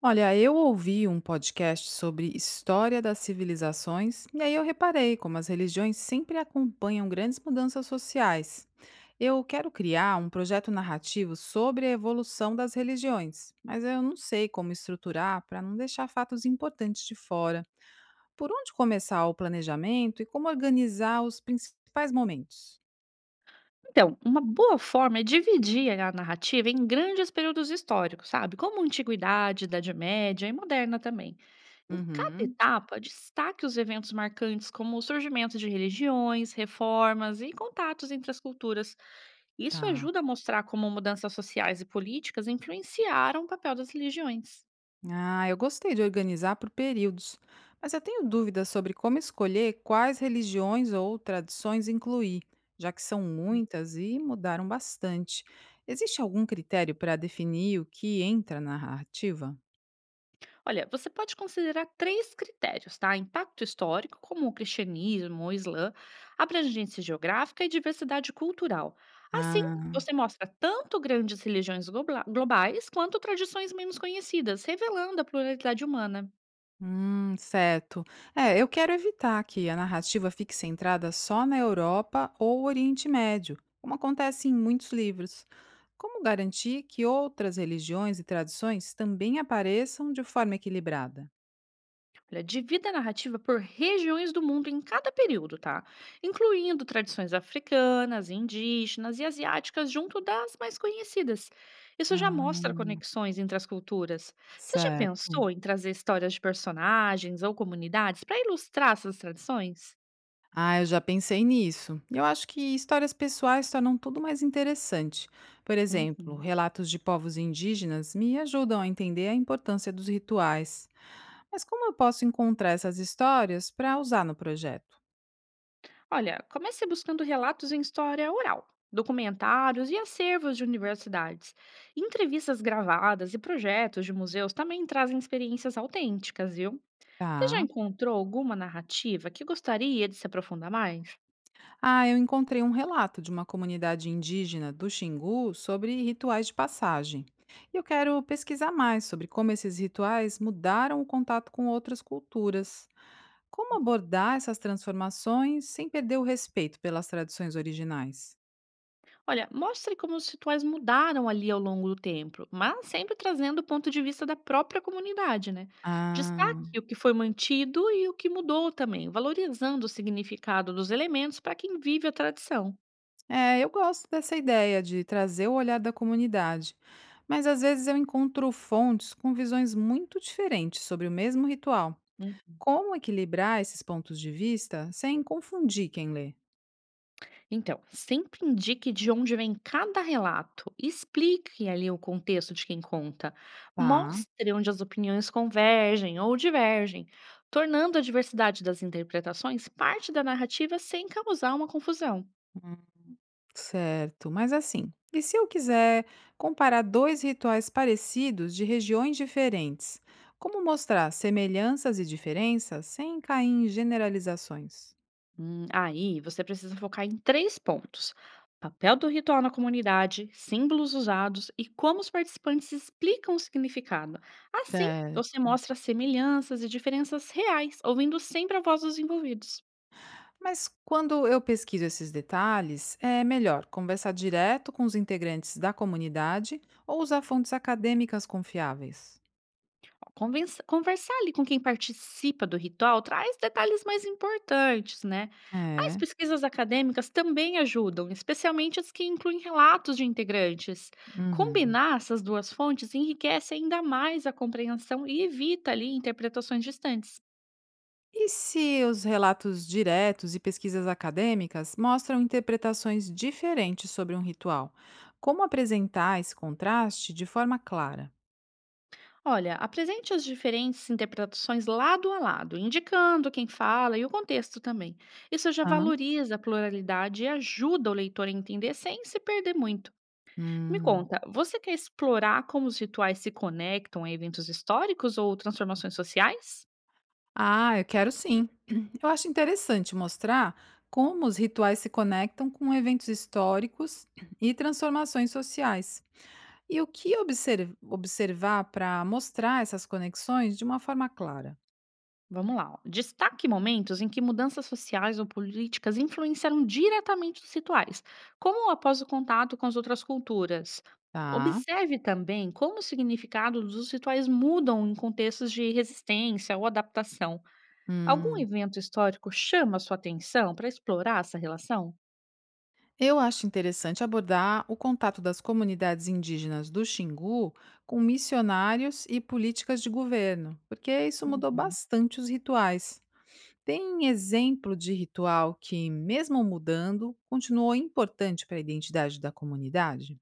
Olha, eu ouvi um podcast sobre história das civilizações e aí eu reparei como as religiões sempre acompanham grandes mudanças sociais. Eu quero criar um projeto narrativo sobre a evolução das religiões, mas eu não sei como estruturar para não deixar fatos importantes de fora. Por onde começar o planejamento e como organizar os principais momentos? Então, uma boa forma é dividir a narrativa em grandes períodos históricos, sabe? Como antiguidade, Idade Média e moderna também. Em cada Uhum, etapa, destaque os eventos marcantes, como o surgimento de religiões, reformas e contatos entre as culturas. Isso tá. ajuda a mostrar como mudanças sociais e políticas influenciaram o papel das religiões. Ah, eu gostei de organizar por períodos, mas eu tenho dúvidas sobre como escolher quais religiões ou tradições incluir, já que são muitas e mudaram bastante. Existe algum critério para definir o que entra na narrativa? Olha, você pode considerar três critérios, tá? Impacto histórico, como o cristianismo, o islã, abrangência geográfica e diversidade cultural. Assim, Ah. você mostra tanto grandes religiões globais quanto tradições menos conhecidas, revelando a pluralidade humana. Certo. É, eu quero evitar que a narrativa fique centrada só na Europa ou Oriente Médio, como acontece em muitos livros. Como garantir que outras religiões e tradições também apareçam de forma equilibrada? Olha, divida a narrativa por regiões do mundo em cada período, tá? Incluindo tradições africanas, indígenas e asiáticas junto das mais conhecidas. Isso já Ah, mostra conexões entre as culturas. Você já pensou certo. em trazer histórias de personagens ou comunidades para ilustrar essas tradições? Ah, eu já pensei nisso. Eu acho que histórias pessoais tornam tudo mais interessante. Por exemplo, Uhum. relatos de povos indígenas me ajudam a entender a importância dos rituais. Mas como eu posso encontrar essas histórias para usar no projeto? Olha, comece buscando relatos em história oral, documentários e acervos de universidades. Entrevistas gravadas e projetos de museus também trazem experiências autênticas, viu? Você já Tá. encontrou alguma narrativa que gostaria de se aprofundar mais? Ah, eu encontrei um relato de uma comunidade indígena do Xingu sobre rituais de passagem. E eu quero pesquisar mais sobre como esses rituais mudaram o contato com outras culturas. Como abordar essas transformações sem perder o respeito pelas tradições originais? Olha, mostre como os rituais mudaram ali ao longo do tempo, mas sempre trazendo o ponto de vista da própria comunidade, né? Ah. Destaque o que foi mantido e o que mudou também, valorizando o significado dos elementos para quem vive a tradição. É, eu gosto dessa ideia de trazer o olhar da comunidade, mas às vezes eu encontro fontes com visões muito diferentes sobre o mesmo ritual. Como equilibrar esses pontos de vista sem confundir quem lê? Então, sempre indique de onde vem cada relato, explique ali o contexto de quem conta, Tá, mostre onde as opiniões convergem ou divergem, tornando a diversidade das interpretações parte da narrativa sem causar uma confusão. hum, certo. Mas assim, e se eu quiser comparar dois rituais parecidos de regiões diferentes? Como mostrar semelhanças e diferenças sem cair em generalizações? Aí você precisa focar em três pontos: papel do ritual na comunidade, símbolos usados e como os participantes explicam o significado. Assim, você Certo. mostra semelhanças e diferenças reais, ouvindo sempre a voz dos envolvidos. Mas quando eu pesquiso esses detalhes, é melhor conversar direto com os integrantes da comunidade ou usar fontes acadêmicas confiáveis. Convença conversar ali com quem participa do ritual traz detalhes mais importantes, né? Mas É. pesquisas acadêmicas também ajudam, especialmente as que incluem relatos de integrantes. Uhum. Combinar essas duas fontes enriquece ainda mais a compreensão e evita ali interpretações distantes. E se os relatos diretos e pesquisas acadêmicas mostram interpretações diferentes sobre um ritual? Como apresentar esse contraste de forma clara? Olha, apresente as diferentes interpretações lado a lado, indicando quem fala e o contexto também. Isso já valoriza a pluralidade e ajuda o leitor a entender sem se perder muito. Me Ah. conta, você quer explorar como os rituais se conectam a eventos históricos ou transformações sociais? Ah, eu quero sim. Eu acho interessante mostrar como os rituais se conectam com eventos históricos e transformações sociais. E o que observar para mostrar essas conexões de uma forma clara, Vamos lá, ó. Destaque momentos em que mudanças sociais ou políticas influenciaram diretamente os rituais, como após o contato com as outras culturas. tá? Observe também como o significado dos rituais mudam em contextos de resistência ou adaptação. Algum Hum. evento histórico chama a sua atenção para explorar essa relação? Eu acho interessante abordar o contato das comunidades indígenas do Xingu com missionários e políticas de governo, porque isso mudou Uhum. bastante os rituais. Tem exemplo de ritual que, mesmo mudando, continuou importante para a identidade da comunidade?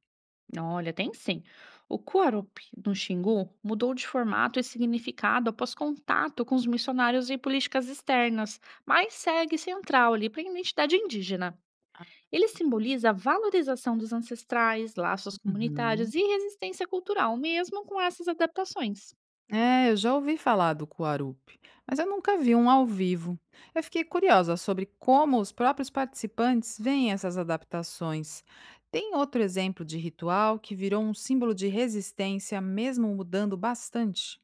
Olha, tem sim. O Kuarup, no Xingu, mudou de formato e significado após contato com os missionários e políticas externas, mas segue central ali para a identidade indígena. Ah, Ele simboliza a valorização dos ancestrais, laços uhum. comunitários e resistência cultural, mesmo com essas adaptações. É, eu já ouvi falar do Kuarup, mas eu nunca vi um ao vivo. Eu fiquei curiosa sobre como os próprios participantes veem essas adaptações. Tem outro exemplo de ritual que virou um símbolo de resistência, mesmo mudando bastante?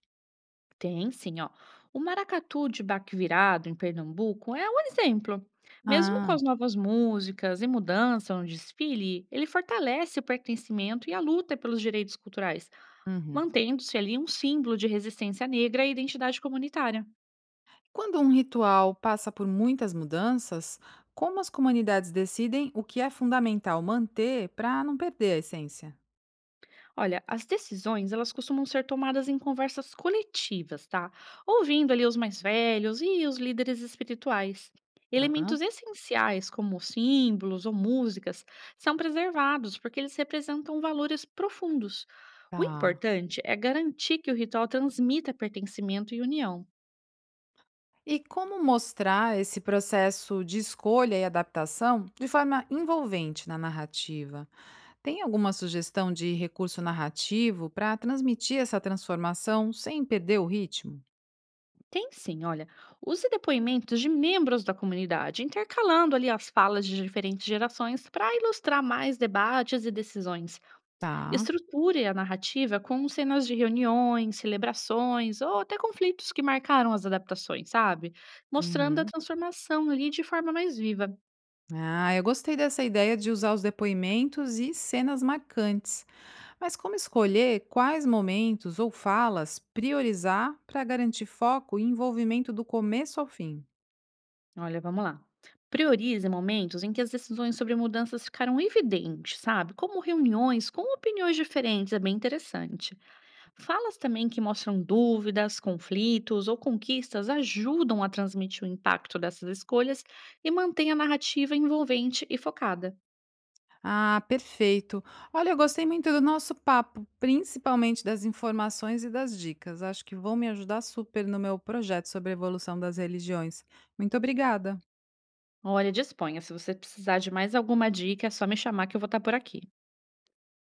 Tem sim, ó. O maracatu de baque virado em Pernambuco é um exemplo. Mesmo com Ah, as novas músicas e mudança no desfile, ele fortalece o pertencimento e a luta pelos direitos culturais, uhum. mantendo-se ali um símbolo de resistência negra e identidade comunitária. Quando um ritual passa por muitas mudanças, como as comunidades decidem o que é fundamental manter para não perder a essência? Olha, as decisões, elas costumam ser tomadas em conversas coletivas, tá? Ouvindo ali os mais velhos e os líderes espirituais. Ah, Elementos essenciais, como símbolos ou músicas, são preservados porque eles representam valores profundos. O tá. importante é garantir que o ritual transmita pertencimento e união. E como mostrar esse processo de escolha e adaptação de forma envolvente na narrativa? Tem alguma sugestão de recurso narrativo para transmitir essa transformação sem perder o ritmo? Tem sim, olha, use depoimentos de membros da comunidade, intercalando ali as falas de diferentes gerações para ilustrar mais debates e decisões. Tá. Estruture a narrativa com cenas de reuniões, celebrações ou até conflitos que marcaram as adaptações, sabe? Mostrando a Uhum. transformação ali de forma mais viva. Ah, eu gostei dessa ideia de usar os depoimentos e cenas marcantes. Mas como escolher quais momentos ou falas priorizar para garantir foco e envolvimento do começo ao fim? Olha, vamos lá. Priorize momentos em que as decisões sobre mudanças ficaram evidentes, sabe? Como reuniões com opiniões diferentes, é bem interessante. Falas também que mostram dúvidas, conflitos ou conquistas ajudam a transmitir o impacto dessas escolhas e mantém a narrativa envolvente e focada. Ah, perfeito. Olha, eu gostei muito do nosso papo, principalmente das informações e das dicas. Acho que vão me ajudar super no meu projeto sobre a evolução das religiões. Muito obrigada. Olha, disponha. Se você precisar de mais alguma dica, é só me chamar que eu vou estar por aqui.